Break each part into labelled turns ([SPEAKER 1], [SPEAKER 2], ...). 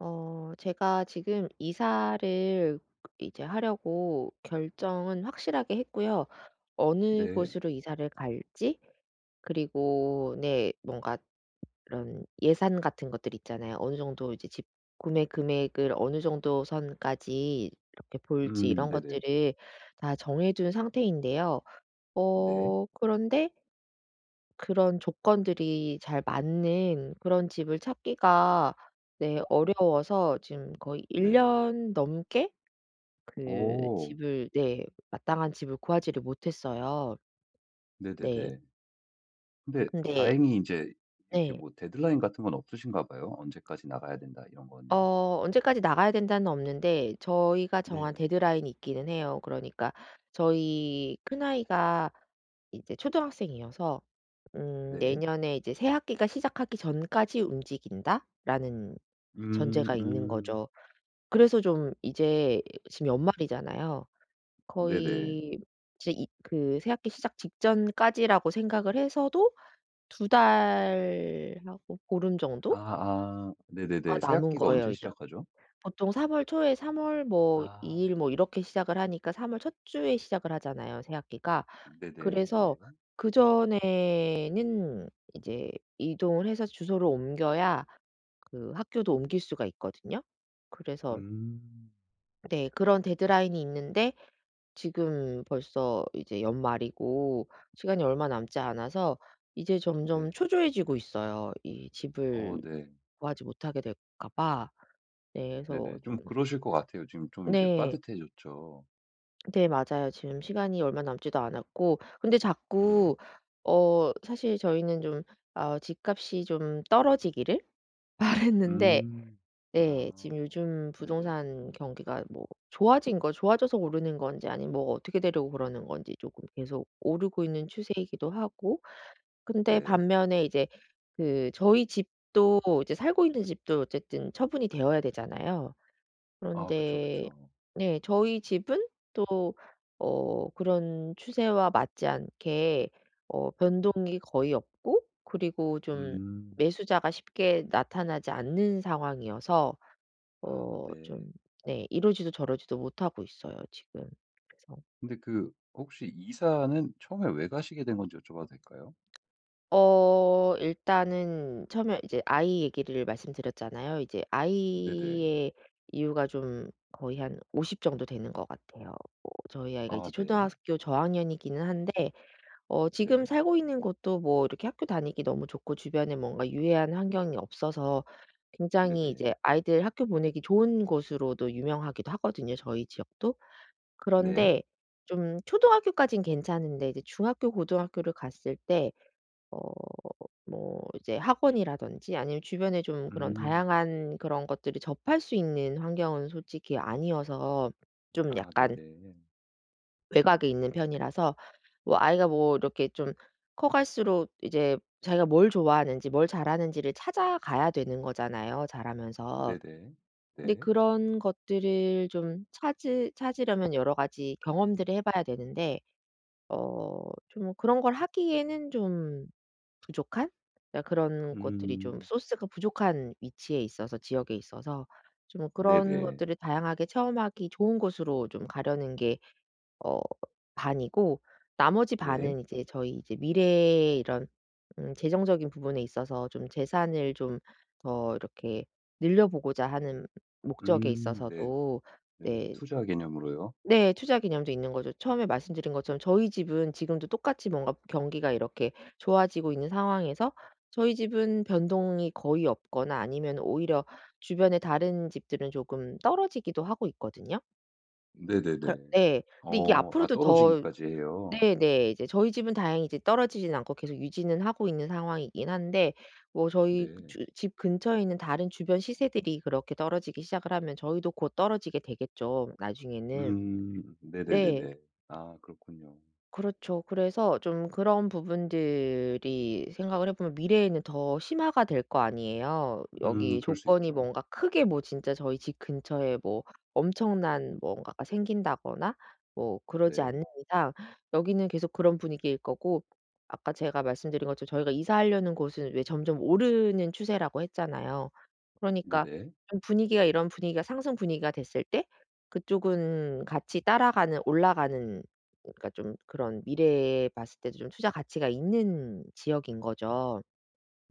[SPEAKER 1] 제가 지금 이사를 이제 하려고 결정은 확실하게 했고요. 어느
[SPEAKER 2] 네.
[SPEAKER 1] 곳으로 이사를 갈지, 그리고 네, 뭔가 이런 예산 같은 것들 있잖아요. 어느 정도 이제 집 구매 금액을 어느 정도 선까지 이렇게 볼지
[SPEAKER 2] 음,
[SPEAKER 1] 이런
[SPEAKER 2] 네네.
[SPEAKER 1] 것들을 다 정해 둔 상태인데요.
[SPEAKER 2] 네.
[SPEAKER 1] 그런데 그런 조건들이 잘 맞는 그런 집을 찾기가, 네, 어려워서 지금 거의 1
[SPEAKER 2] 네.
[SPEAKER 1] 년 넘게 그
[SPEAKER 2] 오.
[SPEAKER 1] 집을, 네, 마땅한 집을 구하지를 못했어요. 네.
[SPEAKER 2] 네네네. 근데
[SPEAKER 1] 근데
[SPEAKER 2] 다행히 이제 이렇게
[SPEAKER 1] 네.
[SPEAKER 2] 뭐 데드라인 같은 건 없으신가 봐요. 언제까지 나가야 된다 이런 건요.
[SPEAKER 1] 언제까지 나가야 된다는 없는데 저희가 정한
[SPEAKER 2] 네.
[SPEAKER 1] 데드라인이 있기는 해요. 그러니까 저희 큰아이가 이제 초등학생이어서,
[SPEAKER 2] 네.
[SPEAKER 1] "내년에 이제 새 학기가 시작하기 전까지 움직인다."라는
[SPEAKER 2] 음
[SPEAKER 1] 전제가 있는
[SPEAKER 2] 음.
[SPEAKER 1] 거죠. 그래서 좀 이제 지금 연말이잖아요.
[SPEAKER 2] 네네.
[SPEAKER 1] 거의 이제 이 그 새학기 시작 직전까지라고 생각을 해서도 두 달하고 보름
[SPEAKER 2] 아.
[SPEAKER 1] 정도가
[SPEAKER 2] 아. 네네네. 새
[SPEAKER 1] 남은
[SPEAKER 2] 학기가
[SPEAKER 1] 거예요
[SPEAKER 2] 언제
[SPEAKER 1] 이제.
[SPEAKER 2] 시작하죠?
[SPEAKER 1] 보통 3월 초에, 3월 뭐
[SPEAKER 2] 아.
[SPEAKER 1] 2일 뭐 이렇게 시작을 하니까 3월 첫 주에 시작을 하잖아요 새학기가.
[SPEAKER 2] 네네. 네.
[SPEAKER 1] 그래서 그전에는 이제 이동을 해서 주소를 옮겨야 그 학교도 옮길 수가 있거든요. 그래서
[SPEAKER 2] 음.
[SPEAKER 1] 네, 그런 데드라인이 있는데 지금 벌써 이제 연말이고 시간이 얼마 남지 않아서 이제 점점
[SPEAKER 2] 네.
[SPEAKER 1] 초조해지고 있어요. 이
[SPEAKER 2] 어,
[SPEAKER 1] 집을
[SPEAKER 2] 네.
[SPEAKER 1] 구하지 못하게 될까 봐. 네, 그래서
[SPEAKER 2] 네네.
[SPEAKER 1] 좀.
[SPEAKER 2] 좀 그러실 것 같아요. 지금 좀 이제
[SPEAKER 1] 네.
[SPEAKER 2] 빠듯해졌죠.
[SPEAKER 1] 네, 맞아요. 지금 시간이 얼마 남지도 않았고, 근데
[SPEAKER 2] 네.
[SPEAKER 1] 자꾸 사실 저희는 좀 집값이 좀 떨어지기를 바랐는데.
[SPEAKER 2] 음.
[SPEAKER 1] 네. 지금
[SPEAKER 2] 아.
[SPEAKER 1] 요즘
[SPEAKER 2] 네네.
[SPEAKER 1] 부동산 경기가 뭐 좋아진 거, 좋아져서 오르는 건지 아니면 뭐가 어떻게 되려고 그러는 건지 조금 계속 오르고 있는 추세이기도 하고. 근데
[SPEAKER 2] 네.
[SPEAKER 1] 반면에 이제 그 저희 집도 이제 살고 있는 집도 어쨌든 처분이 되어야 되잖아요.
[SPEAKER 2] 아 그쵸,
[SPEAKER 1] 그런데
[SPEAKER 2] 그쵸.
[SPEAKER 1] 네, 저희 집은 또 그런 추세와 맞지 않게 변동이 거의 없고, 그리고 좀
[SPEAKER 2] 음.
[SPEAKER 1] 매수자가 쉽게 나타나지 않는 상황이어서
[SPEAKER 2] 아 네.
[SPEAKER 1] 좀, 네, 이러지도 저러지도 못하고 있어요 지금. 그래서
[SPEAKER 2] 근데 그 혹시 이사는 처음에 왜 가시게 된 건지 여쭤봐도 될까요?
[SPEAKER 1] 일단은 처음에 이제 아이 얘기를 말씀드렸잖아요. 이제
[SPEAKER 2] 네네.
[SPEAKER 1] 아이의 이유가 좀 거의 한 50 정도 되는 것 같아요. 뭐 저희 아이가
[SPEAKER 2] 아
[SPEAKER 1] 이제
[SPEAKER 2] 네.
[SPEAKER 1] 초등학교 저학년이기는 한데, 지금
[SPEAKER 2] 네.
[SPEAKER 1] 살고 있는 곳도 뭐 이렇게 학교 다니기 너무 좋고 주변에 뭔가 유해한 환경이 없어서 굉장히
[SPEAKER 2] 네네.
[SPEAKER 1] 이제 아이들 학교 보내기 좋은 곳으로도 유명하기도 하거든요 저희 지역도.
[SPEAKER 2] 네.
[SPEAKER 1] 그런데 좀 초등학교까진 괜찮은데 이제 중학교 고등학교를 갔을 때 어 뭐 이제 학원이라든지 아니면 주변에 좀 그런
[SPEAKER 2] 음.
[SPEAKER 1] 다양한 그런 것들을 접할 수 있는 환경은 솔직히 아니어서, 좀
[SPEAKER 2] 아
[SPEAKER 1] 약간
[SPEAKER 2] 네네.
[SPEAKER 1] 외곽에 있는 편이라서 뭐 아이가 뭐 이렇게 좀 커갈수록 이제 자기가 뭘 좋아하는지 뭘 잘하는지를 찾아가야 되는 거잖아요 자라면서.
[SPEAKER 2] 네네.
[SPEAKER 1] 근데
[SPEAKER 2] 네.
[SPEAKER 1] 그런 것들을 좀 찾으려면 여러 가지 경험들을 해 봐야 되는데 어좀 뭐 그런 걸 하기에는 좀 부족한? 그러니까 그런 것들이 좀
[SPEAKER 2] 음.
[SPEAKER 1] 소스가 부족한 위치에 있어서, 지역에 있어서 좀 뭐 그런
[SPEAKER 2] 네네.
[SPEAKER 1] 것들을 다양하게 체험하기 좋은 곳으로 좀 가려는 게 어 반이고, 나머지
[SPEAKER 2] 네.
[SPEAKER 1] 반은 이제 저희 이제 미래의 이런 재정적인 부분에 있어서 좀 재산을 좀 더 이렇게 늘려 보고자 하는 목적에
[SPEAKER 2] 네.
[SPEAKER 1] 있어서도.
[SPEAKER 2] 네네.
[SPEAKER 1] 네.
[SPEAKER 2] 투자 개념으로요?
[SPEAKER 1] 네, 투자 개념도 있는 거죠. 처음에 말씀드린 것처럼 저희 집은 지금도 똑같이 뭔가 경기가 이렇게 좋아지고 있는 상황에서 저희 집은 변동이 거의 없거나 아니면 오히려 주변의 다른 집들은 조금 떨어지기도 하고 있거든요. 그러
[SPEAKER 2] 네네네.
[SPEAKER 1] 네. 근데 이게
[SPEAKER 2] 어, 아
[SPEAKER 1] 앞으로도 더.
[SPEAKER 2] 떨어지기까지 해요.
[SPEAKER 1] 네네. 이제 저희 집은 다행히 이제 떨어지진 않고 계속 유지는 하고 있는 상황이긴 한데, 뭐 저희
[SPEAKER 2] 네.
[SPEAKER 1] 주 집 근처에 있는 다른 주변 시세들이 그렇게 떨어지기 시작을 하면 저희도 곧 떨어지게 되겠죠, 나중에는. 네.
[SPEAKER 2] 네네네네. 아 그렇군요.
[SPEAKER 1] 그렇죠. 그래서 좀 그런 부분들이 생각을 해 보면 미래에는 더 심화가 될 거 아니에요. 여기
[SPEAKER 2] 그럴 수
[SPEAKER 1] 조건이
[SPEAKER 2] 있죠.
[SPEAKER 1] 뭔가 크게 뭐 진짜 저희 집 근처에 뭐 엄청난 뭔가가 생긴다거나 뭐 그러지
[SPEAKER 2] 네.
[SPEAKER 1] 않는 이상 여기는 계속 그런 분위기일 거고, 아까 제가 말씀드린 것처럼 저희가 이사하려는 곳은 왜 점점 오르는 추세라고 했잖아요. 그러니까
[SPEAKER 2] 네네.
[SPEAKER 1] 좀 분위기가 이런 분위기가 상승 분위기가 됐을 때 그쪽은 같이 따라가는, 올라가는, 그러니까 좀 그런 미래에 봤을 때도 좀 투자 가치가 있는 지역인 거죠.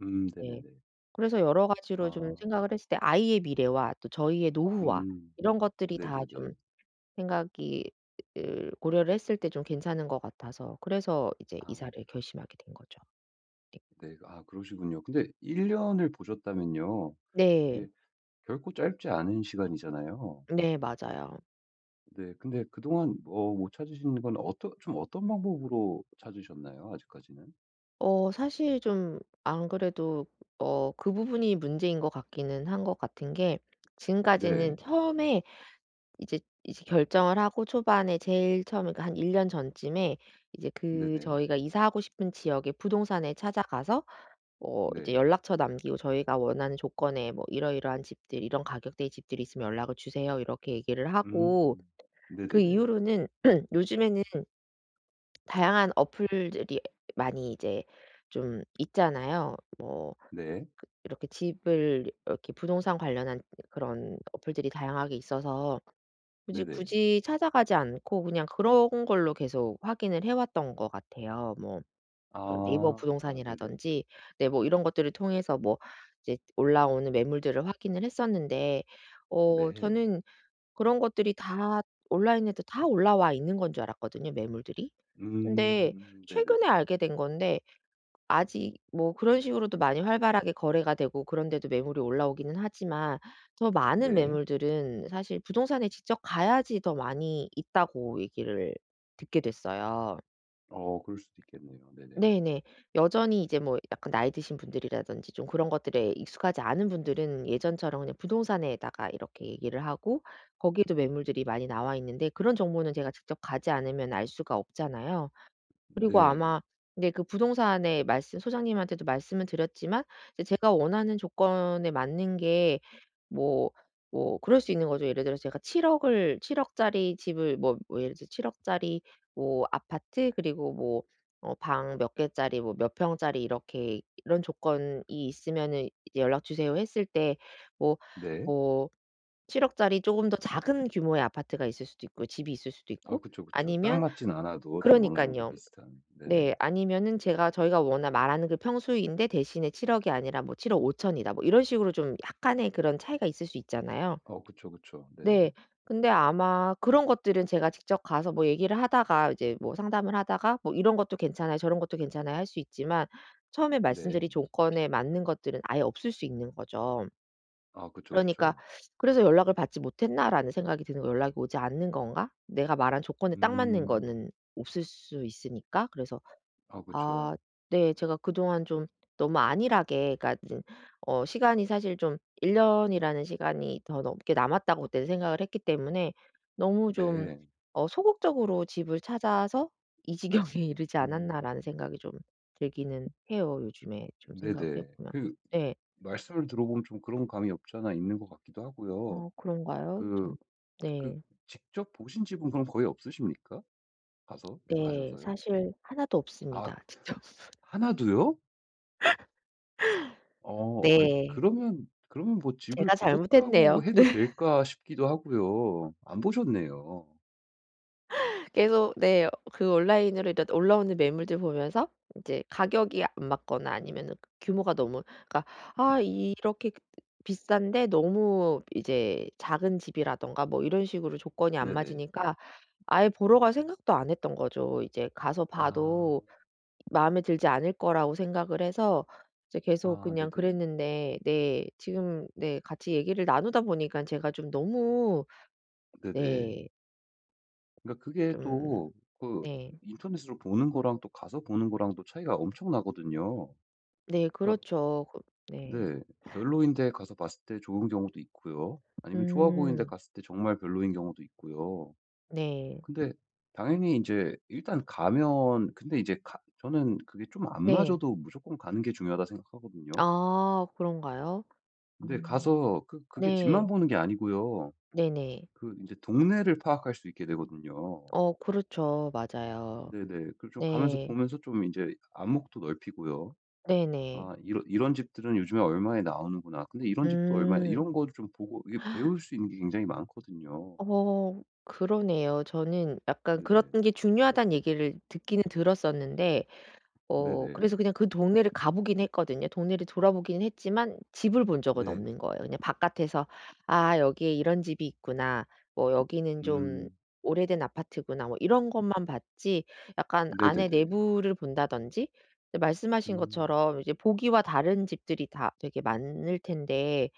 [SPEAKER 1] 네.
[SPEAKER 2] 네네네.
[SPEAKER 1] 그래서 여러
[SPEAKER 2] 아.
[SPEAKER 1] 가지로 좀 생각을 했을 때 아이의 미래와 또 저희의 노후와
[SPEAKER 2] 음
[SPEAKER 1] 이런 것들이 다
[SPEAKER 2] 네네네.
[SPEAKER 1] 좀 생각이 으 고려를 했을 때 좀 괜찮은 것 같아서 그래서 이제
[SPEAKER 2] 아
[SPEAKER 1] 이사를 결심하게 된 거죠. 네.
[SPEAKER 2] 네. 아 그러시군요. 근데 1 년을 보셨다면요.
[SPEAKER 1] 네.
[SPEAKER 2] 이게 결코 짧지 않은 시간이잖아요.
[SPEAKER 1] 네, 맞아요.
[SPEAKER 2] 네. 근데 그동안 뭐 못 찾으시는 건 어떠 좀 어떤 방법으로 찾으셨나요? 아직까지는?
[SPEAKER 1] 사실 좀 안 그래도 그 부분이 문제인 것 같기는 한 것 같은 게, 지금까지는
[SPEAKER 2] 네.
[SPEAKER 1] 처음에 이제 결정을 하고 초반에 제일 처음에 그러니까 한 1년 전쯤에 이제 그
[SPEAKER 2] 네네.
[SPEAKER 1] 저희가 이사하고 싶은 지역의 부동산에 찾아가서 뭐 이제
[SPEAKER 2] 네.
[SPEAKER 1] 연락처 남기고 "저희가 원하는 조건에 뭐 이러이러한 집들, 이런 가격대의 집들이 있으면 연락을 주세요." 이렇게 얘기를 하고,
[SPEAKER 2] 음.
[SPEAKER 1] 그
[SPEAKER 2] 네네네.
[SPEAKER 1] 이후로는 요즘에는 다양한 어플들이 많이 이제 좀 있잖아요. 뭐
[SPEAKER 2] 네.
[SPEAKER 1] 이렇게 집을, 이렇게 부동산 관련한 그런 어플들이 다양하게 있어서 굳이,
[SPEAKER 2] 네네.
[SPEAKER 1] 굳이 찾아가지 않고 그냥 그런 걸로 계속 확인을 해 왔던 것 같아요. 뭐 그 네이버
[SPEAKER 2] 아. 아 네네.
[SPEAKER 1] 부동산이라든지, 네, 뭐 이런 것들을 통해서 뭐 이제 올라오는 매물들을 확인을 했었는데,
[SPEAKER 2] 네.
[SPEAKER 1] 저는 그런 것들이 다 온라인에도 다 올라와 있는 건 줄 알았거든요, 매물들이. 근데
[SPEAKER 2] 네네네.
[SPEAKER 1] 최근에 알게 된 건데 아직 뭐 그런 식으로도 많이 활발하게 거래가 되고 그런 데도 매물이 올라오기는 하지만 더 많은
[SPEAKER 2] 네.
[SPEAKER 1] 매물들은 사실 부동산에 직접 가야지 더 많이 있다고 얘기를 듣게 됐어요.
[SPEAKER 2] 어, 그럴 수도 있겠네요. 네네.
[SPEAKER 1] 네네. 여전히 이제 뭐 약간 나이 드신 분들이라든지 좀 그런 것들에 익숙하지 않은 분들은 예전처럼 그냥 부동산에다가 이렇게 얘기를 하고 거기에도 매물들이 많이 나와 있는데, 그런 정보는 제가 직접 가지 않으면 알 수가 없잖아요. 그리고
[SPEAKER 2] 네.
[SPEAKER 1] 아마 근데 그 부동산에 말씀 소장님한테도 말씀을 드렸지만 이제 제가 원하는 조건에 맞는 게 뭐, 그럴 수 있는 거죠. 예를 들어서 제가 7억을7억 짜리 집을 뭐, 예를 들어 7억 짜리 뭐 아파트, 그리고 뭐 방 몇 개짜리, 뭐 몇 평짜리, 이렇게 이런 조건이 있으면은 이제 "연락 주세요." 했을 때 뭐,
[SPEAKER 2] 네.
[SPEAKER 1] 뭐7억 짜리 조금 더 작은 규모의 아파트가 있을 수도 있고 집이 있을 수도
[SPEAKER 2] 아
[SPEAKER 1] 있고,
[SPEAKER 2] 그쵸, 그쵸. 딱
[SPEAKER 1] 아니면,
[SPEAKER 2] 맞진 않아도 좀 어느 정도
[SPEAKER 1] 그러니깐요.
[SPEAKER 2] 비슷한. 네네.
[SPEAKER 1] 네. 아니면은 제가, 저희가 워낙 말하는 그 평수인데 대신에 7억이 아니라 뭐 7억 5천이다 뭐 이런 식으로 좀 약간의 그런 차이가 있을 수 있잖아요.
[SPEAKER 2] 어 그쵸, 그쵸. 네네.
[SPEAKER 1] 네. 근데 아마 그런 것들은 제가 직접 가서 뭐 얘기를 하다가 이제 뭐 상담을 하다가 뭐 "이런 것도 괜찮아요. 저런 것도 괜찮아요." 할 수 있지만 처음에
[SPEAKER 2] 네.
[SPEAKER 1] 말씀드린 조건에 맞는 것들은 아예 없을 수 있는 거죠.
[SPEAKER 2] 아 그쵸,
[SPEAKER 1] 그러니까
[SPEAKER 2] 그쵸.
[SPEAKER 1] '그래서 연락을 받지 못했나?'라는 생각이 드는 거예요. '연락이 오지 않는 건가?' 내가 말한 조건에 딱 맞는
[SPEAKER 2] 음.
[SPEAKER 1] 거는 없을 수 있으니까. 그래서
[SPEAKER 2] 아
[SPEAKER 1] 아
[SPEAKER 2] 그쵸.
[SPEAKER 1] 네, 제가 그동안 좀 너무 안일하게, 그러니까 이제 시간이 사실 좀 1년 년이라는 시간이 더 넘게 남았다고 그때 생각을 했기 때문에 너무 좀
[SPEAKER 2] 네.
[SPEAKER 1] '소극적으로 집을 찾아서 이 지경에 이르지
[SPEAKER 2] 음.
[SPEAKER 1] 않았나.'라는 생각이 좀 들기는 해요, 요즘에 좀 생각을 해
[SPEAKER 2] 네네.
[SPEAKER 1] 보면.
[SPEAKER 2] 그
[SPEAKER 1] 네.
[SPEAKER 2] 말씀을 들어보면 좀 그런 감이 없지 않아 있는 것 같기도 하고요.
[SPEAKER 1] 그런가요?
[SPEAKER 2] 그
[SPEAKER 1] 좀.
[SPEAKER 2] 그
[SPEAKER 1] 네.
[SPEAKER 2] 직접 보신 집은 그럼 거의 없으십니까? 가서
[SPEAKER 1] 네,
[SPEAKER 2] 가셔서요?
[SPEAKER 1] 사실 하나도
[SPEAKER 2] 아,
[SPEAKER 1] 없습니다. 직접
[SPEAKER 2] 하나도요? 어 아이,
[SPEAKER 1] 네,
[SPEAKER 2] 그러면 그러면 뭐 집을
[SPEAKER 1] 제가
[SPEAKER 2] 보셨다고
[SPEAKER 1] 잘못했네요.
[SPEAKER 2] 해도 될까 싶기도 하고요. 안 보셨네요.
[SPEAKER 1] 계속, 네. 그 온라인으로 이런 올라오는 매물들 보면서 인제 가격이 안 맞거나 아니면은 그 규모가 너무, 그러니까 아 이렇게 그 비싼데 너무 이제 작은 집이라든가 뭐 이런 식으로 조건이 안
[SPEAKER 2] 네네.
[SPEAKER 1] 맞으니까 아예 보러 갈 생각도 안 했던 거죠. 이제 가서
[SPEAKER 2] 아.
[SPEAKER 1] 봐도 마음에 들지 않을 거라고 생각을 해서 이제 계속
[SPEAKER 2] 아
[SPEAKER 1] 그냥
[SPEAKER 2] 네네.
[SPEAKER 1] 그랬는데, 네, 지금 네 같이 얘기를 나누다 보니까 제가 좀 너무.
[SPEAKER 2] 네네.
[SPEAKER 1] 네,
[SPEAKER 2] 그러니까 그게
[SPEAKER 1] 좀.
[SPEAKER 2] 또 그
[SPEAKER 1] 네.
[SPEAKER 2] 인터넷으로 보는 거랑 또 가서 보는 거랑 또 차이가 엄청나거든요.
[SPEAKER 1] 네
[SPEAKER 2] 그러니까
[SPEAKER 1] 그렇죠. 그. 네.
[SPEAKER 2] 네, 별로인 데 가서 봤을 때 좋은 경우도 있고요. 아니면 좋아 보이는 데
[SPEAKER 1] 음.
[SPEAKER 2] 갔을 때 정말 별로인 경우도 있고요.
[SPEAKER 1] 네.
[SPEAKER 2] 근데 당연히 이제 일단 가면 근데 이제 가 저는 그게 좀 안
[SPEAKER 1] 네.
[SPEAKER 2] 맞아도 무조건 가는 게 중요하다 생각하거든요.
[SPEAKER 1] 아 그런가요?
[SPEAKER 2] 근데
[SPEAKER 1] 음.
[SPEAKER 2] 가서 그 그게 집만
[SPEAKER 1] 네.
[SPEAKER 2] 보는 게 아니고요.
[SPEAKER 1] 네네.
[SPEAKER 2] 그 이제 동네를 파악할 수 있게 되거든요.
[SPEAKER 1] 그렇죠. 맞아요.
[SPEAKER 2] 네네. 그리고 좀 가면서
[SPEAKER 1] 네.
[SPEAKER 2] 보면서 좀 이제 안목도 넓히고요.
[SPEAKER 1] 네네.
[SPEAKER 2] '아, 이런 이런 집들은 요즘에 얼마에 나오는구나. 근데 이런 집도 얼마에'
[SPEAKER 1] 음.
[SPEAKER 2] 이런 거를 좀 보고 이게 배울 수 있는 게 굉장히 많거든요.
[SPEAKER 1] 그러네요. 저는 약간 그런
[SPEAKER 2] 네네.
[SPEAKER 1] 게 중요하다는 얘기를 듣기는 들었었는데
[SPEAKER 2] 네네.
[SPEAKER 1] 그래서 그냥 그 동네를 가 보긴 했거든요. 동네를 돌아보긴 했지만 집을 본 적은
[SPEAKER 2] 네.
[SPEAKER 1] 없는 거예요. 그냥 바깥에서 '아 여기에 이런 집이 있구나. 뭐 여기는 좀
[SPEAKER 2] 음.
[SPEAKER 1] 오래된 아파트구나.' 뭐 이런 것만 봤지 약간 안에
[SPEAKER 2] 네네네.
[SPEAKER 1] 내부를 본다든지, 말씀하신
[SPEAKER 2] 음.
[SPEAKER 1] 것처럼 이제 보기와 다른 집들이 다 되게 많을 텐데.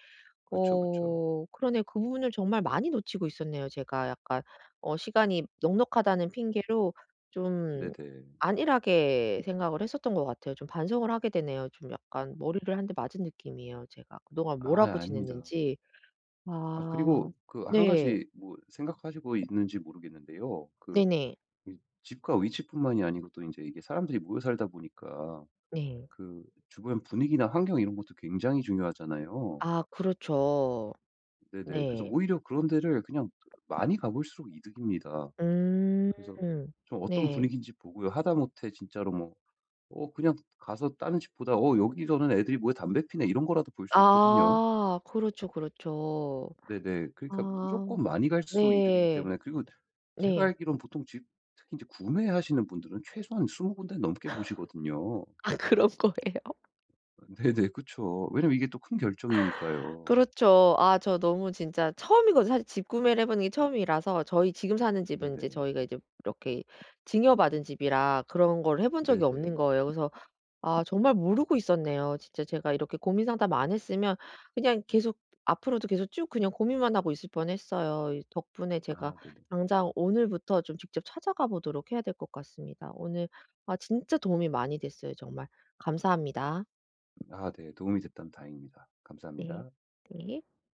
[SPEAKER 2] 그쵸, 그쵸.
[SPEAKER 1] 그러네, 그 부분을 정말 많이 놓치고 있었네요 제가. 약간 시간이 넉넉하다는 핑계로 좀
[SPEAKER 2] 네네.
[SPEAKER 1] 안일하게 생각을 했었던 것 같아요. 좀 반성을 하게 되네요. 좀 약간 머리를 한 대 맞은 느낌이에요 제가. 그동안
[SPEAKER 2] 아
[SPEAKER 1] 뭘 하고
[SPEAKER 2] 아닙니다.
[SPEAKER 1] 지냈는지.
[SPEAKER 2] 아,
[SPEAKER 1] 아
[SPEAKER 2] 그리고 그 한
[SPEAKER 1] 네.
[SPEAKER 2] 가지 뭐 생각하시고 있는지 모르겠는데요. 그
[SPEAKER 1] 네네.
[SPEAKER 2] 이 집과 위치뿐만이 아니고 또 이제 이게 사람들이 모여 살다 보니까
[SPEAKER 1] 네.
[SPEAKER 2] 그 주변 분위기나 환경 이런 것도 굉장히 중요하잖아요.
[SPEAKER 1] 아 그렇죠.
[SPEAKER 2] 네네. 그래서
[SPEAKER 1] 네.
[SPEAKER 2] 오히려 그런 데를 그냥 많이 가 볼수록 이득입니다.
[SPEAKER 1] 음.
[SPEAKER 2] 그래서 좀 어떤
[SPEAKER 1] 네.
[SPEAKER 2] 분위기인지 보고요. 하다못해 진짜로 뭐 어, 그냥 가서 다른 집보다 '어, 여기서는 애들이 뭐에 담배 피네.' 이런 거라도 볼 수 있거든요.
[SPEAKER 1] 아 그렇죠, 그렇죠.
[SPEAKER 2] 네네. 그러니까
[SPEAKER 1] 아
[SPEAKER 2] 무조건 많이 갈수록 이득이기
[SPEAKER 1] 네.
[SPEAKER 2] 때문에 그리고 제가
[SPEAKER 1] 네.
[SPEAKER 2] 알기로는 보통 집 특히 이제 구매하시는 분들은 최소한 20 군데 넘게 보시거든요.
[SPEAKER 1] 아 그런 거예요?
[SPEAKER 2] 네네. 그쵸. 왜냐면 이게 또 큰 결정이니까요.
[SPEAKER 1] 그렇죠. 아 저 너무 진짜 처음이거든요. 사실 집 구매를 해 보는 게 처음이라서, 저희 지금 사는 집은 이제
[SPEAKER 2] 네네.
[SPEAKER 1] 저희가 이제 이렇게 증여받은 집이라 그런 걸 해본 적이 없는
[SPEAKER 2] 네네.
[SPEAKER 1] 거예요. 그래서 아, 정말 모르고 있었네요. 진짜 제가 이렇게 고민 상담 안 했으면 그냥 계속 앞으로도 계속 쭉 그냥 고민만 하고 있을 뻔했어요. 이 덕분에 제가
[SPEAKER 2] 아 네네.
[SPEAKER 1] 당장 오늘부터 좀 직접 찾아가 보도록 해야 될 것 같습니다. 오늘 아 진짜 도움이 많이 됐어요 정말. 감사합니다.
[SPEAKER 2] 아 네. 도움이 됐다면 다행입니다.
[SPEAKER 1] 네.
[SPEAKER 2] 감사합니다.
[SPEAKER 1] 네.